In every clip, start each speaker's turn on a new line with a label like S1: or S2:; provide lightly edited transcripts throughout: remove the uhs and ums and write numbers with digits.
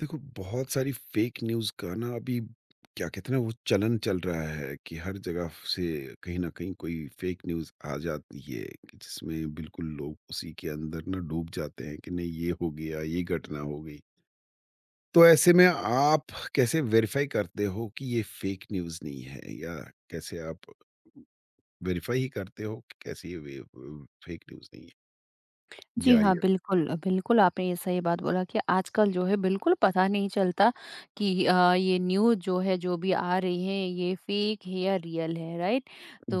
S1: देखो, बहुत सारी फ़ेक न्यूज़ का ना अभी क्या कहते हैं ना वो चलन चल रहा है कि हर जगह से कहीं न कहीं कोई फ़ेक न्यूज़ आ जाती है कि जिसमें बिल्कुल लोग उसी के अंदर ना डूब जाते हैं कि नहीं ये हो गया, ये घटना हो गई। तो ऐसे में आप कैसे वेरीफ़ाई करते हो कि ये फ़ेक न्यूज़ नहीं है या कैसे आप वेरीफ़ाई ही करते हो कि कैसे ये वे फ़ेक न्यूज़ नहीं है?
S2: जी
S1: या
S2: हाँ,
S1: ये
S2: बिल्कुल, बिल्कुल आपने ये सही बात बोला कि आजकल जो है बिल्कुल पता नहीं चलता कि ये न्यूज़ जो है जो भी आ रही है ये फेक है या रियल है, राइट?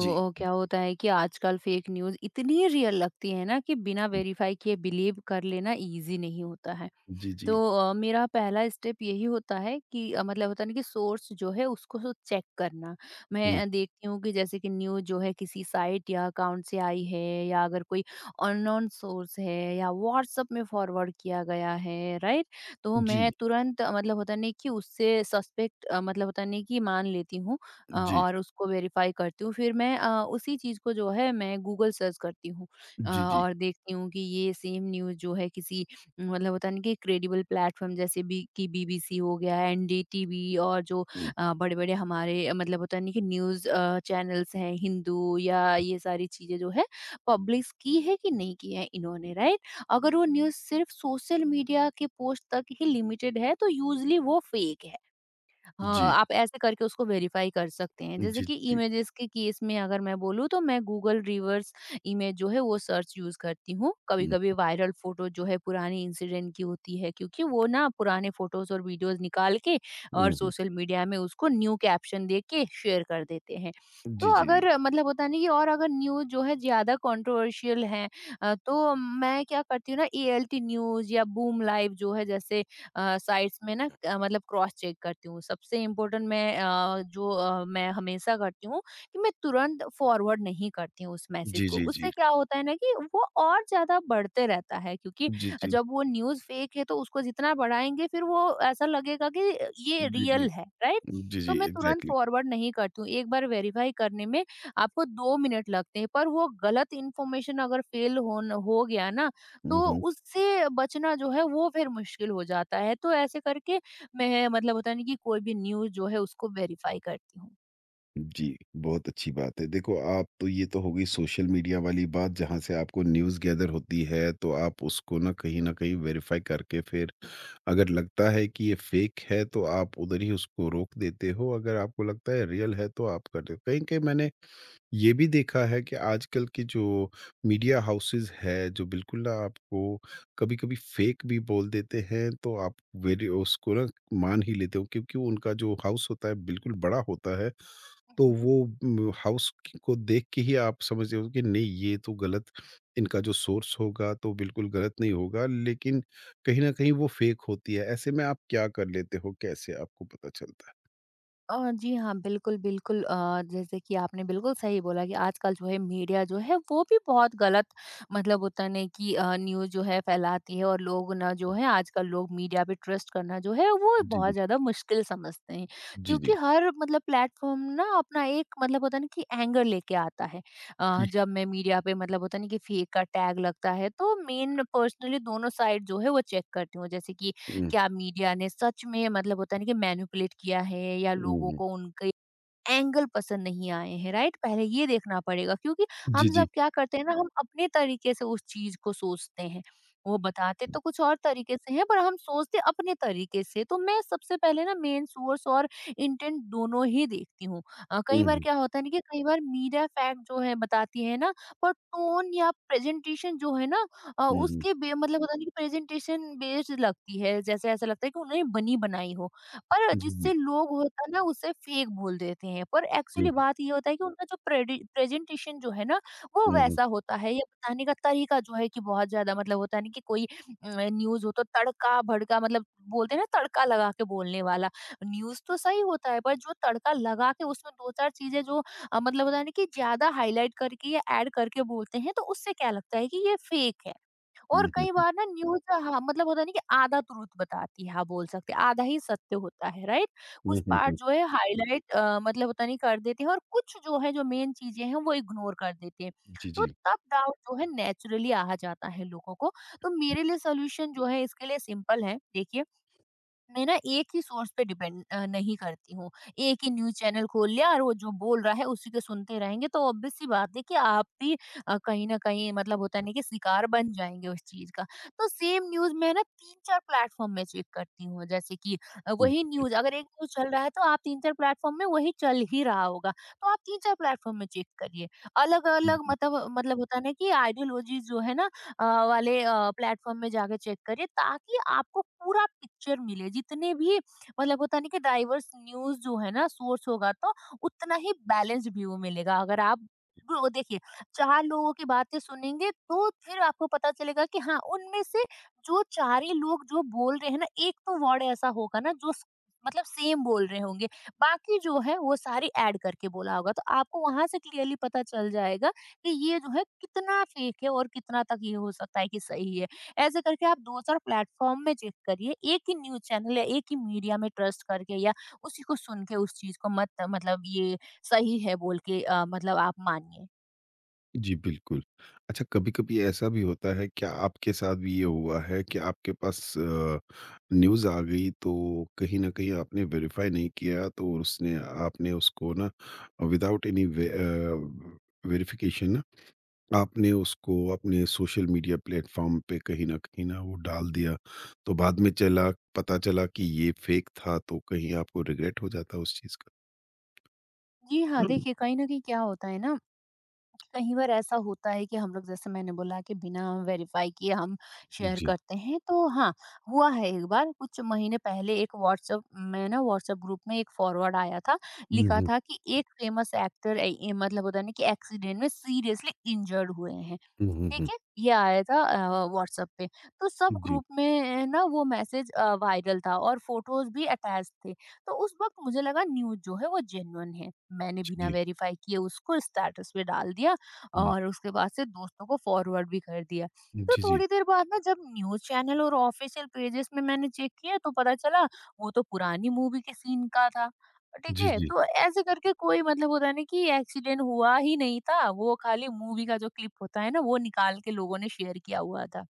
S1: जी।
S2: क्या होता है कि आजकल फेक न्यूज़ इतनी रियल लगती है ना कि बिना
S1: हुँ,
S2: वेरीफ़ाई किए बिलीव कर लेना ईज़ी नहीं होता है।
S1: जी,
S2: तो
S1: जी।
S2: मेरा पहला स्टेप यही होता है कि मतलब होता है ना कि सोर्स जो है उसको चेक करना। मैं
S1: हुँ,
S2: देखती हूँ कि जैसे कि न्यूज़ जो है किसी साइट या अकाउंट से आई है, या अगर कोई अननोन सोर्स है या व्हाट्सएप में फॉरवर्ड किया गया है, राइट? तो
S1: जी,
S2: मैं तुरंत मतलब होता नहीं कि उससे सस्पेक्ट मतलब होता नहीं कि मान लेती हूँ
S1: जी,
S2: और उसको वेरीफाई करती हूँ। फिर मैं उसी चीज़ को जो है मैं गूगल सर्च करती हूँ
S1: जी, जी।
S2: और देखती हूँ कि ये सेम न्यूज़ जो है किसी मतलब होता है ना कि क्रेडिबल प्लेटफॉर्म जैसे बी की बीबीसी हो गया, एनडीटीवी, और जो
S1: हुँ,
S2: बड़े बड़े हमारे मतलब होता है ना कि न्यूज चैनल्स हैं, हिंदू, या ये सारी चीजें जो है पब्लिश की है कि नहीं की है इन्होंने, राइट? अगर वो न्यूज सिर्फ सोशल मीडिया के पोस्ट तक ही लिमिटेड है तो यूजली वो फेक है। हाँ,
S1: जी।
S2: आप ऐसे करके उसको वेरीफाई कर सकते हैं। जैसे
S1: जी, जी,
S2: कि
S1: जी।
S2: इमेजेस के केस में अगर मैं बोलूँ तो मैं गूगल रिवर्स इमेज जो है वो सर्च यूज़ करती हूँ।
S1: हुँ,
S2: कभी-कभी वायरल फ़ोटो जो है पुरानी इंसिडेंट की होती है, क्योंकि वो ना पुराने फ़ोटोज़ और वीडियोज़ निकाल के और
S1: हुँ, हुँ।
S2: सोशल मीडिया में उसको न्यू कैप्शन दे के शेयर कर देते हैं। तो
S1: जी, जी, जी।
S2: अगर मतलब होता है ना कि और अगर न्यूज़ जो है ज़्यादा कंट्रोवर्शियल है, तो मैं क्या करती हूँ ना, एएलटी न्यूज़ या बूम लाइव जो है, जैसे साइट्स में ना मतलब क्रॉस चेक करती हूँ। सबसे इम्पोर्टेंट मैं मैं हमेशा करती हूँ कि मैं तुरंत फॉरवर्ड नहीं करती हूँ उस मैसेज
S1: जी,
S2: को।
S1: जी, जी।
S2: उससे क्या होता है ना कि वो और ज़्यादा बढ़ते रहता है, क्योंकि
S1: जी, जी।
S2: जब वो न्यूज़ फेक है तो उसको जितना बढ़ाएँगे, फिर वो ऐसा लगेगा कि ये
S1: जी, जी।
S2: रियल है, राइट?
S1: जी,
S2: तो
S1: जी,
S2: मैं तुरंत
S1: एग्ज़ैक्टली।
S2: फॉरवर्ड नहीं करती हूँ। एक बार वेरीफाई करने में आपको 2 मिनट लगते हैं, पर वो गलत इन्फॉर्मेशन अगर फ़ैल होन हो गया ना,
S1: हुँ,
S2: तो
S1: हुँ।
S2: उससे बचना जो है वो फिर मुश्किल हो जाता है। तो ऐसे करके मैं मतलब होता है ना कि कोई भी न्यूज़ जो है उसको वेरीफाई करती हूँ।
S1: जी, बहुत अच्छी बात है। देखो आप तो ये तो हो गई सोशल मीडिया वाली बात जहाँ से आपको न्यूज़ गैदर होती है, तो आप उसको ना कहीं न कहीं वेरीफ़ाई करके फिर अगर लगता है कि ये फ़ेक है, तो आप उधर ही उसको रोक देते हो, अगर आपको लगता है रियल है, तो आप कर दे कहीं-कहीं मैंने ये भी देखा है कि आजकल के जो मीडिया हाउसेस है, जो बिल्कुल ना आपको कभी-कभी फेक भी बोल देते हैं, तो आप वेरी उसको ना मान ही लेते हो क्योंकि वो उनका जो हाउस होता है बिल्कुल बड़ा होता है। तो वो हाउस को देख के ही आप समझ रहे हो कि नहीं ये तो गलत इनका जो सोर्स होगा तो बिल्कुल गलत नहीं होगा, लेकिन कहीं न कहीं वो फेक होती है। ऐसे में आप क्या कर लेते हो? कैसे आपको पता चलता है?
S2: जी हाँ, बिल्कुल, बिल्कुल जैसे कि आपने बिल्कुल सही बोला कि आजकल जो है मीडिया जो है वो भी बहुत गलत मतलब होता है ना कि न्यूज़ जो है फैलाती है, और लोग ना जो है आजकल लोग मीडिया पे ट्रस्ट करना जो है वो
S1: जी,
S2: बहुत
S1: जी।
S2: ज़्यादा मुश्किल समझते हैं।
S1: जी, जी।
S2: क्योंकि हर मतलब प्लेटफ़ॉर्म ना अपना एक मतलब होता है ना कि एंगर लेके आता है।
S1: जी।
S2: जब मैं मीडिया पे मतलब होता है ना कि फेक का टैग लगता है, तो मेन पर्सनली दोनों साइड जो है वो चेक करती हूँ। जैसे कि
S1: हुँ,
S2: क्या मीडिया ने सच में मतलब होता है ना कि मैनिपुलेट किया है, या
S1: हुँ,
S2: लोगों
S1: हुँ।
S2: को उनके एंगल पसंद नहीं आए हैं, राइट? पहले ये देखना पड़ेगा, क्योंकि
S1: जी,
S2: हम
S1: जी।
S2: सब क्या करते हैं ना, हम अपने तरीके से उस चीज़ को सोचते हैं। वो बताते तो कुछ और तरीके से हैं, पर हम सोचते अपने तरीके से। तो मैं सबसे पहले ना मेन सोर्स और इंटेंट दोनों ही देखती हूँ। कई
S1: हुँ,
S2: बार
S1: हुँ।
S2: क्या होता है ना कि कई बार मीडिया फैक्ट जो है बताती है ना, पर टोन या प्रेज़ेंटेशन जो है ना,
S1: हुँ, हुँ।
S2: उसके बे मतलब होता है ना कि प्रेज़ेंटेशन बेस्ड लगती है। जैसे ऐसा लगता है कि उन्होंने बनी बनाई हो। पर जिससे
S1: जी,
S2: लोग होता है ना उसे फेक बोल देते हैं, पर एक्चुअली
S1: जी।
S2: बात ये होता है कि उनका जो प्रेजेंटेशन जो है ना वो
S1: हुँ, हुँ,
S2: वैसा होता है, या बताने का तरीका जो है कि बहुत ज्यादा मतलब होता है ना कि कोई न्यूज हो तो तड़का भड़का, मतलब बोलते हैं ना, तड़का लगा के बोलने वाला न्यूज तो सही होता है, पर जो तड़का लगा के उसमें दो चार चीजें जो मतलब होता है ना कि ज्यादा हाईलाइट करके या ऐड करके बोलते हैं, तो उससे क्या लगता है कि ये फेक है।
S1: हुँ,
S2: और
S1: हुँ, हुँ,
S2: कई
S1: हुँ।
S2: बार ना न्यूज़, हाँ, मतलब होता नहीं कि आधा तुरंत बताती है, आप बोल सकते हैं, आधा ही सत्य होता है, राइट?
S1: हुँ,
S2: कुछ
S1: हुँ,
S2: पार्ट
S1: हुँ।
S2: जो है हाइलाइट मतलब होता नहीं कर देते हैं, और कुछ जो है जो मेन चीज़ें हैं वो इग्नोर कर देते हैं।
S1: जी,
S2: तो
S1: जी।
S2: तब डाउट जो है नेचुरली आ जाता है लोगों को। तो मेरे लिए सॉल्यूशन जो है इसके लिए सिंपल है। देखिए, मैं ना एक ही सोर्स पे डिपेंड नहीं करती हूँ। एक ही न्यूज़ चैनल खोल लिया और वो जो बोल रहा है उसी को सुनते रहेंगे, तो ऑब्वियस सी बात है कि आप भी कहीं न कहीं मतलब होता नहीं कि शिकार बन जाएँगे उस चीज़ का। तो सेम न्यूज़ मैं ना 3-4 प्लेटफ़ॉर्म में चेक करती हूँ, जैसे कि
S1: हुँ,
S2: वही न्यूज़, अगर एक न्यूज़ चल रहा है तो आप 3-4 प्लेटफ़ॉर्म में वही चल ही रहा होगा। तो आप 3-4 प्लेटफ़ॉर्म में चेक करिए।
S1: हुँ,
S2: अलग-अलग
S1: हुँ।
S2: मतलब होता है ना कि आइडियोलॉजी जो है ना, वाले प्लेटफॉर्म में जाके चेक करिए, ताकि आपको पूरा पिक्चर मिले, जितने भी मतलब होता नहीं कि डाइवर्स न्यूज जो है ना सोर्स होगा, तो उतना ही बैलेंस व्यू मिलेगा। अगर आप वो देखिए चार लोगों की बातें सुनेंगे तो फिर आपको पता चलेगा कि हाँ, उनमें से जो चार ही लोग जो बोल रहे हैं ना, एक तो वर्ड ऐसा होगा ना जो मतलब सेम बोल रहे होंगे, बाकी जो है वो सारी ऐड करके बोला होगा, तो आपको वहां से क्लियरली पता चल जाएगा कि ये जो है कितना फेक है और कितना तक ये हो सकता है कि सही है। ऐसे करके आप 2-4 प्लेटफ़ॉर्म में चेक करिए, एक ही न्यूज़ चैनल या एक ही मीडिया में ट्रस्ट करके, या उसी को सुन के उस चीज़ को मत मतलब ये सही है बोल के मतलब आप मानिए।
S1: जी, बिल्कुल। अच्छा कभी-कभी ऐसा भी होता है क्या आपके साथ भी ये हुआ है कि आपके पास न्यूज़ आ गई तो कहीं न कहीं आपने वेरीफ़ाई नहीं किया तो उसने आपने उसको ना विदाउट एनी वे वेरिफ़िकेशन ना आपने उसको अपने सोशल मीडिया प्लेटफॉर्म पे कहीं न वो डाल दिया, तो बाद में चला पता चला कि ये फ़ेक था, तो कहीं आपको रिग्रेट हो जाता उस चीज़ का?
S2: जी हाँ,
S1: हम्म,
S2: देखिए, कहीं न कहीं क्या होता है ना, कई बार ऐसा होता है कि हम लोग, जैसे मैंने बोला, कि बिना वेरीफाई किए हम शेयर
S1: जी।
S2: करते हैं, तो हाँ, हुआ है। एक बार कुछ महीने पहले एक व्हाट्सएप में ना, व्हाट्सएप ग्रुप में एक फॉरवर्ड आया था,
S1: हुँ,
S2: लिखा
S1: हुँ।
S2: था कि एक फेमस एक्टर मतलब होता है ना कि एक्सीडेंट में सीरियसली इंजर्ड हुए हैं,
S1: हुँ, हुँ,
S2: ठीक
S1: हुँ।
S2: है? ये आया था व्हाट्सएप पे। तो सब
S1: जी,
S2: ग्रुप में ना वो मैसेज वायरल था, और फ़ोटोज़ भी अटैच थे। तो उस वक़्त मुझे लगा न्यूज़ जो है वो जेन्युइन है। मैंने
S1: जी,
S2: बिना
S1: जी।
S2: वेरीफ़ाई किए उसको स्टेटस पे डाल दिया,
S1: हुँ।
S2: और उसके बाद से दोस्तों को फ़ॉरवर्ड भी कर दिया। तो
S1: जी, जी।
S2: थोड़ी देर बाद ना जब न्यूज़ चैनल और ऑफ़िशियल पेजेज़ में मैंने चेक किया, तो पता चला वो तो पुरानी मूवी के सीन का था। ठीक
S1: जी,
S2: है,
S1: जी।
S2: तो ऐसे करके कोई मतलब होता है ना कि एक्सीडेंट हुआ ही नहीं था, वो खाली मूवी का जो क्लिप होता है ना, वो निकाल के लोगों ने शेयर किया हुआ था।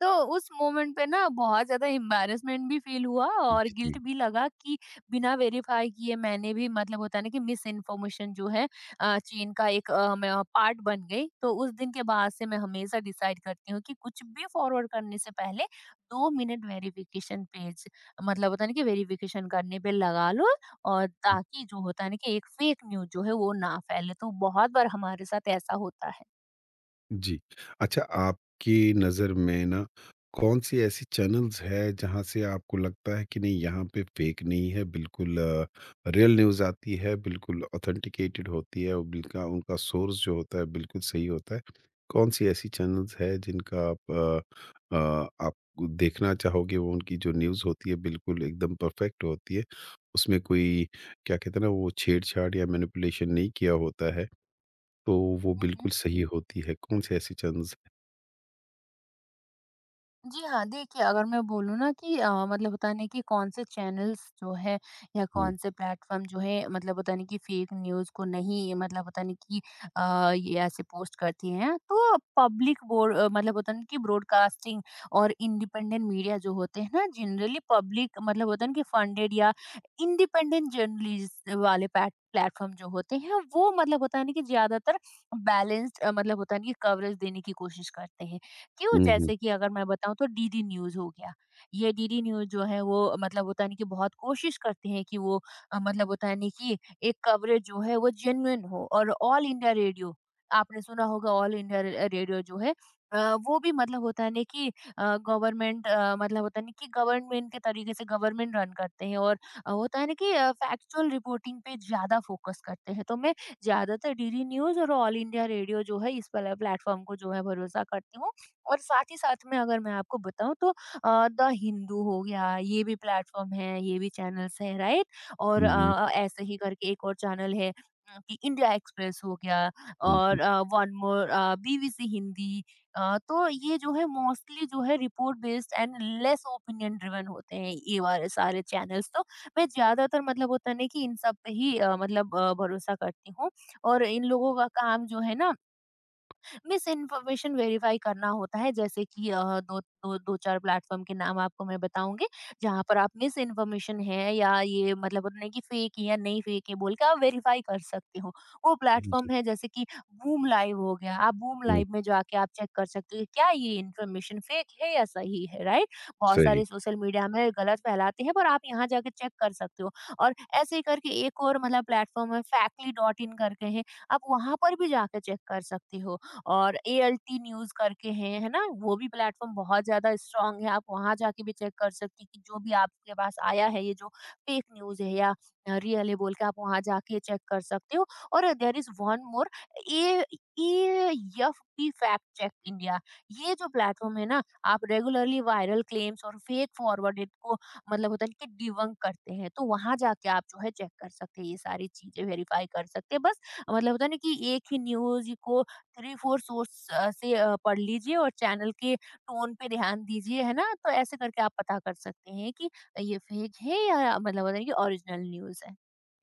S2: तो उस मोमेंट पे ना बहुत ज़्यादा एम्बैरेसमेंट भी फ़ील हुआ और
S1: जी,
S2: गिल्ट
S1: जी।
S2: भी लगा कि बिना वेरीफ़ाई किए मैंने भी मतलब होता है ना कि मिस इन्फॉर्मेशन जो है चीन का एक मैं पार्ट बन गई। तो उस दिन के बाद से मैं हमेशा डिसाइड करती हूँ कि कुछ भी फॉरवर्ड करने से पहले 2 मिनट वेरिफ़िकेशन पेज मतलब होता है ना कि वेरिफ़िकेशन करने पे लगा लो, और ताकि जो होता है ना कि एक फ़ेक न्यूज़ जो है वो ना फैले। तो बहुत बार हमारे साथ ऐसा होता है।
S1: जी। अच्छा आपकी नज़र में ना कौन-सी ऐसी चैनल्स है जहाँ से आपको लगता है कि नहीं यहाँ पे फेक नहीं है बिल्कुल रियल न्यूज़ आती है, बिल्कुल ऑथेंटिकेटेड होती है और बिल्का उनका सोर्स जो होता है बिल्कुल सही होता है। कौन-सी ऐसी चैनल्स है जिनका आप आप देखना चाहोगे वो उनकी जो न्यूज़ होती है बिल्कुल एकदम परफेक्ट होती है। उसमें कोई क्या कहते हैं ना वो छेड़-छाड़ या मैनिपुलेशन नहीं किया होता है। तो वो
S2: हुँ,
S1: बिल्कुल
S2: हुँ।
S1: सही होती है, कौन से ऐसी चंज़
S2: जी हाँ, देखिए, अगर मैं बोलूँ ना कि मतलब होता है ना कि कौन से चैनल्स जो है, या
S1: हुँ,
S2: कौन से प्लेटफ़ॉर्म जो है मतलब होता है ना कि फेक न्यूज़ को नहीं, मतलब होता है ना कि ये ऐसे पोस्ट करती हैं। तो पब्लिक बोर मतलब होता है ना कि ब्रॉडकास्टिंग और इंडिपेंडेंट मीडिया जो होते हैं ना, जनरली पब्लिक मतलब होता है ना कि फंडेड या इंडिपेंडेंट जर्नलिस्ट वाले पैट प्लेटफ़ॉर्म जो होते हैं, वो मतलब होता है ना कि ज़्यादातर बैलेंस्ड मतलब होता है ना कि कवरेज देने की कोशिश करते हैं। क्यों?
S1: हुँ, हुँ,
S2: जैसे कि अगर मैं बताऊँ तो डीडी न्यूज़ हो गया। ये डीडी न्यूज़ जो है वो मतलब होता है ना कि बहुत कोशिश करते हैं कि वो मतलब होता है ना कि एक कवरेज जो है वो जेन्युइन हो, और ऑल इंडिया रेडियो। आपने सुना होगा ऑल इंडिया र रेडियो जो है, अ, वो भी मतलब होता है ना कि गवर्नमेंट मतलब होता है ना कि गवर्नमेंट के तरीके से गवर्नमेंट रन करते हैं, और होता है ना कि फैक्चुअल रिपोर्टिंग पे ज़्यादा फोकस करते हैं। तो मैं ज़्यादातर डीडी न्यूज़ और ऑल इंडिया रेडियो जो है, इस वाला प्लेटफ़ॉर्म को जो है भरोसा करती हूँ। और साथ ही साथ में अगर मैं आपको बताऊँ तो द हिंदू हो गया, ये भी प्लेटफ़ॉर्म है, ये भी चैनल्स हैं, राइट? और
S1: हुँ,
S2: ऐसे ही करके एक और चैनल है, कि इंडिया एक्सप्रेस हो गया।
S1: हुँ,
S2: और वन मोर, बीबीसी हिंदी। तो ये जो है मोस्टली जो है report based and less opinion driven होते हैं, ये वाले सारे चैनल्स। तो मैं ज़्यादातर मतलब होता है ना कि इन सब पे ही मतलब भरोसा करती हूँ। और इन लोगों का काम जो है ना, मिस इन्फॉर्मेशन वेरीफाई करना होता है। जैसे कि दो दो दो चार प्लेटफॉर्म के नाम आपको मैं बताऊंगी, जहाँ पर आप मिस इन्फॉर्मेशन है या ये मतलब नहीं कि फेक है या नहीं फेक है बोल के आप वेरीफाई कर सकते हो। वो
S1: हुँ,
S2: प्लेटफॉर्म है जैसे कि बूम लाइव हो गया। आप बूम
S1: हुँ,
S2: लाइव में जाके आप चेक कर सकते हो कि क्या ये इन्फॉर्मेशन फेक है या सही है, राइट? बहुत
S1: सही।
S2: सारे सोशल मीडिया में गलत फैलाते हैं, पर आप यहाँ जाके चेक कर सकते हो। और ऐसे ही करके एक और मतलब प्लेटफॉर्म है factly.in करके है। आप वहां पर भी जाके चेक कर सकते हो। और एएलटी न्यूज़ करके हैं, है ना? वो भी प्लेटफ़ॉर्म बहुत ज़्यादा स्ट्रॉन्ग है, आप वहाँ जाके भी चेक कर सकती हैं कि जो भी आपके पास आया है, ये जो फेक न्यूज़ है या रियल है बोल के, आप वहाँ जाके चेक कर सकते हो। और there is one more a AFP fact check India. ये जो प्लेटफ़ॉर्म है ना, आप रेगुलरली वायरल क्लेम्स और फेक फॉरवर्डेड को मतलब होता है ना कि डिबंक करते हैं। तो वहाँ जाके आप जो है चेक कर सकते हैं, ये सारी चीज़ें वेरीफ़ाई कर सकते हैं। बस मतलब होता है ना कि एक ही न्यूज़ को थ्री फोर सोर्स से पढ़ लीजिए और चैनल के टोन पे ध्यान दीजिए, है ना? तो ऐसे करके आप पता कर सकते हैं कि ये फेक है या मतलब होता है कि ओरिजिनल न्यूज़ है।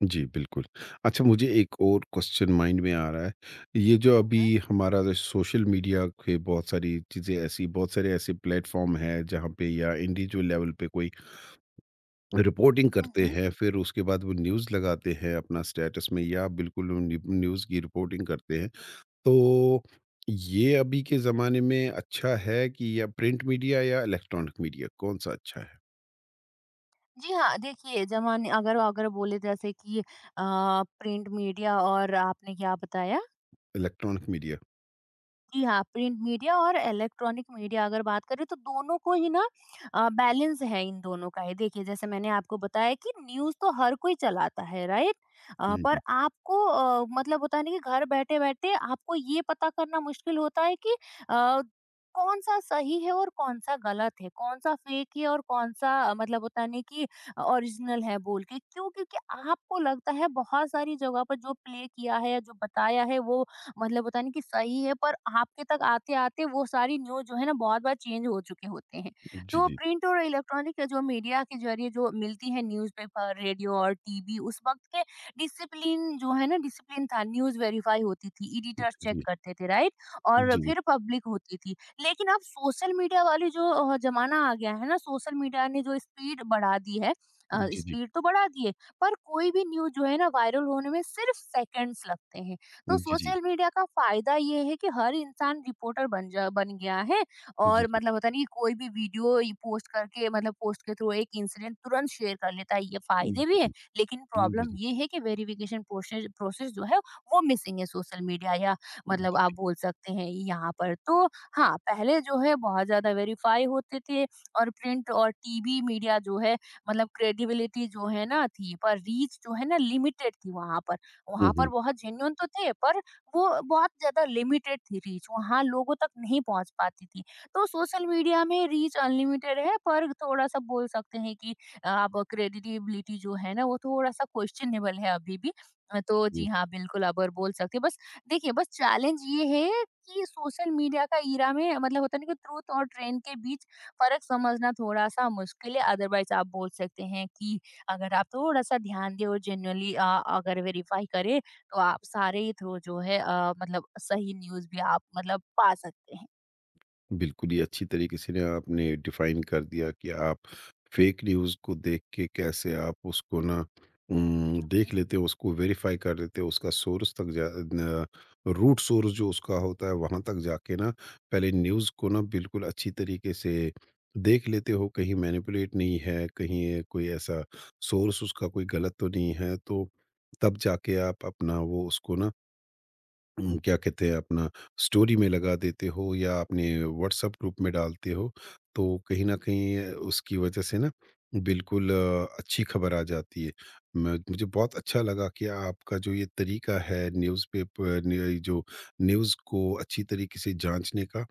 S1: जी, बिल्कुल। अच्छा मुझे एक और क्वेश्चन माइंड में आ रहा है, ये जो
S2: हुँ,
S1: अभी
S2: हुँ।
S1: हमारा जो सोशल मीडिया के बहुत सारी चीज़ें ऐसी बहुत सारे ऐसे प्लेटफ़ॉर्म हैं जहाँ पे या इंडिविजुअल लेवल पे कोई रिपोर्टिंग
S2: हुँ,
S1: करते
S2: हुँ।
S1: हैं, फिर उसके बाद वो न्यूज़ लगाते हैं अपना स्टेटस में या बिल्कुल न्यू न्यूज़ की रिपोर्टिंग करते हैं। तो ये अभी के ज़माने में अच्छा है कि या प्रिंट मीडिया या इलेक्ट्रॉनिक मीडिया कौन-सा अच्छा है?
S2: जी हाँ, देखिए, ज़माने अगर अगर बोले जैसे कि प्रिंट मीडिया, और आपने क्या बताया?
S1: Electronic media.
S2: जी हाँ, प्रिंट मीडिया और इलेक्ट्रॉनिक मीडिया अगर बात करें तो दोनों को ही ना बैलेंस है इन दोनों का ही। देखिए जैसे मैंने आपको बताया कि न्यूज़ तो हर कोई चलाता है, राइट?
S1: हुँ,
S2: पर
S1: हुँ।
S2: आपको मतलब होता है ना कि घर बैठे-बैठे आपको ये पता करना मुश्किल होता है कि अ, कौन-सा सही है और कौन-सा गलत है, कौन-सा फेक है और कौन-सा मतलब होता है ना कि ओरिजिनल है बोल के। क्यों? क्योंकि आपको लगता है बहुत सारी जगह पर जो प्ले किया है या जो बताया है, वो मतलब होता है ना कि सही है, पर आपके तक आते-आते वो सारी न्यूज़ जो है ना बहुत बार चेंज हो चुके होते हैं।
S1: जी,
S2: तो
S1: जी।
S2: प्रिंट और इलेक्ट्रॉनिक जो मीडिया के ज़रिए जो मिलती है न्यूज़पेपर, रेडियो और टीवी, उस वक़्त के डिसिप्लिन जो है ना, डिसिप्लिन था, न्यूज़ वेरीफ़ाई होती थी,
S1: जी,
S2: एडिटर्स चेक
S1: जी।
S2: करते थे, राइट? और
S1: जी, जी।
S2: फिर पब्लिक होती थी। लेकिन अब सोशल मीडिया वाली जो ज़माना आ गया है ना, सोशल मीडिया ने जो स्पीड बढ़ा दी है,
S1: जी, जी।
S2: स्पीड तो बढ़ा दी है, पर कोई भी न्यूज़ जो है ना वायरल होने में सिर्फ़ सेकंड्स लगते हैं। तो
S1: जी, जी।
S2: सोशल मीडिया का फायदा ये है कि हर इंसान रिपोर्टर बन गया है।
S1: जी,
S2: और
S1: जी।
S2: मतलब होता नहीं कि कोई भी वीडियो ये पोस्ट करके, मतलब पोस्ट के थ्रू एक इंसिडेंट तुरंत शेयर कर लेता है, ये फायदे भी है। लेकिन
S1: जी,
S2: प्रॉब्लम
S1: जी।
S2: ये है कि वेरिफिकेशन प्रोसेस प्रोसेस जो है वो मिसिंग है सोशल मीडिया, या मतलब
S1: जी,
S2: आप
S1: जी।
S2: बोल सकते हैं यहाँ पर तो। हाँ, पहले जो है बहुत ज्यादा वेरीफाई होते थे, और प्रिंट और टीवी मीडिया जो है, मतलब क्रेडिबिलिटी जो है ना थी, पर रीच जो है ना लिमिटेड थी। वहां पर वहाँ पर
S1: हुँ,
S2: बहुत जेन्युइन तो थे, पर वो बहुत ज़्यादा लिमिटेड थी रीच, वहाँ लोगों तक नहीं पहुँच पाती थी। तो सोशल मीडिया में रीच अनलिमिटेड है, पर थोड़ा-सा बोल सकते हैं कि अब क्रेडिटिबिलिटी जो है ना वो थोड़ा-सा क्वेश्चनेबल है अभी भी। तो
S1: हुँ।
S2: जी हाँ, बिल्कुल अब और बोल सकते हैं। बस देखिए, बस चैलेंज ये है कि सोशल मीडिया का एरा में मतलब होता है ना कि ट्रुथ और ट्रेंड के बीच फ़र्क समझना थोड़ा-सा मुश्किल है। अदरवाइज़ आप बोल सकते हैं कि अगर आप थोड़ा-सा ध्यान दें और जेनुइनली अगर वेरीफाई करें, तो आप सारे ही थ्रू जो है मतलब सही न्यूज़ भी आप मतलब पा सकते हैं।
S1: बिल्कुल ही अच्छी तरीके से ना आपने डिफाइन कर दिया कि आप फेक न्यूज़ को देख के कैसे आप उसको ना
S2: हुँ,
S1: देख
S2: हुँ।
S1: लेते हो, उसको वेरीफाई कर लेते हो, उसका सोर्स तक जा न रूट सोर्स जो उसका होता है, वहाँ तक जाके ना पहले न्यूज़ को ना बिल्कुल अच्छी तरीके से देख लेते हो, कहीं मैनिपुलेट नहीं है, कहीं ये कोई ऐसा सोर्स उसका कोई गलत तो नहीं है, तो तब जाके आप अपना वो उसको ना क्या कहते हैं अपना स्टोरी में लगा देते हो या अपने व्हाट्सएप ग्रुप में डालते हो, तो कहीं न कहीं उसकी वजह से ना बिल्कुल अच्छी खबर आ जाती है। मैं मुझे बहुत अच्छा लगा कि आपका जो ये तरीका है न्यूज़पेपर ने जो न्यूज़ को अच्छी तरीके से जाँचने का,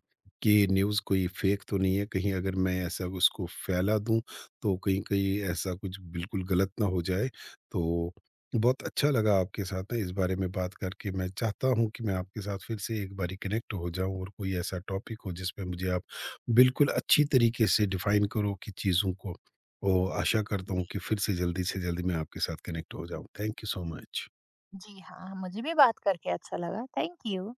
S1: कि न्यूज़ कोई फेक तो नहीं है, कहीं अगर मैं ऐसा उसको फैला दूँ, तो कहीं-कहीं ऐसा कुछ बिल्कुल गलत ना हो जाए, तो बहुत अच्छा लगा आपके साथ ना इस बारे में बात करके। मैं चाहता हूँ कि मैं आपके साथ फिर से एक बारी कनेक्ट हो जाऊँ और कोई ऐसा टॉपिक हो जिसमें मुझे आप बिल्कुल अच्छी तरीके से डिफ़ाइन करो कि चीज़ों को। और आशा करता हूँ
S2: जी,
S1: कि फिर से जल्दी मैं आपके साथ कनेक्ट हो जाऊँ। Thank you so much.
S2: जी हाँ, मुझे भी बात करके अच्छा लगा। Thank you.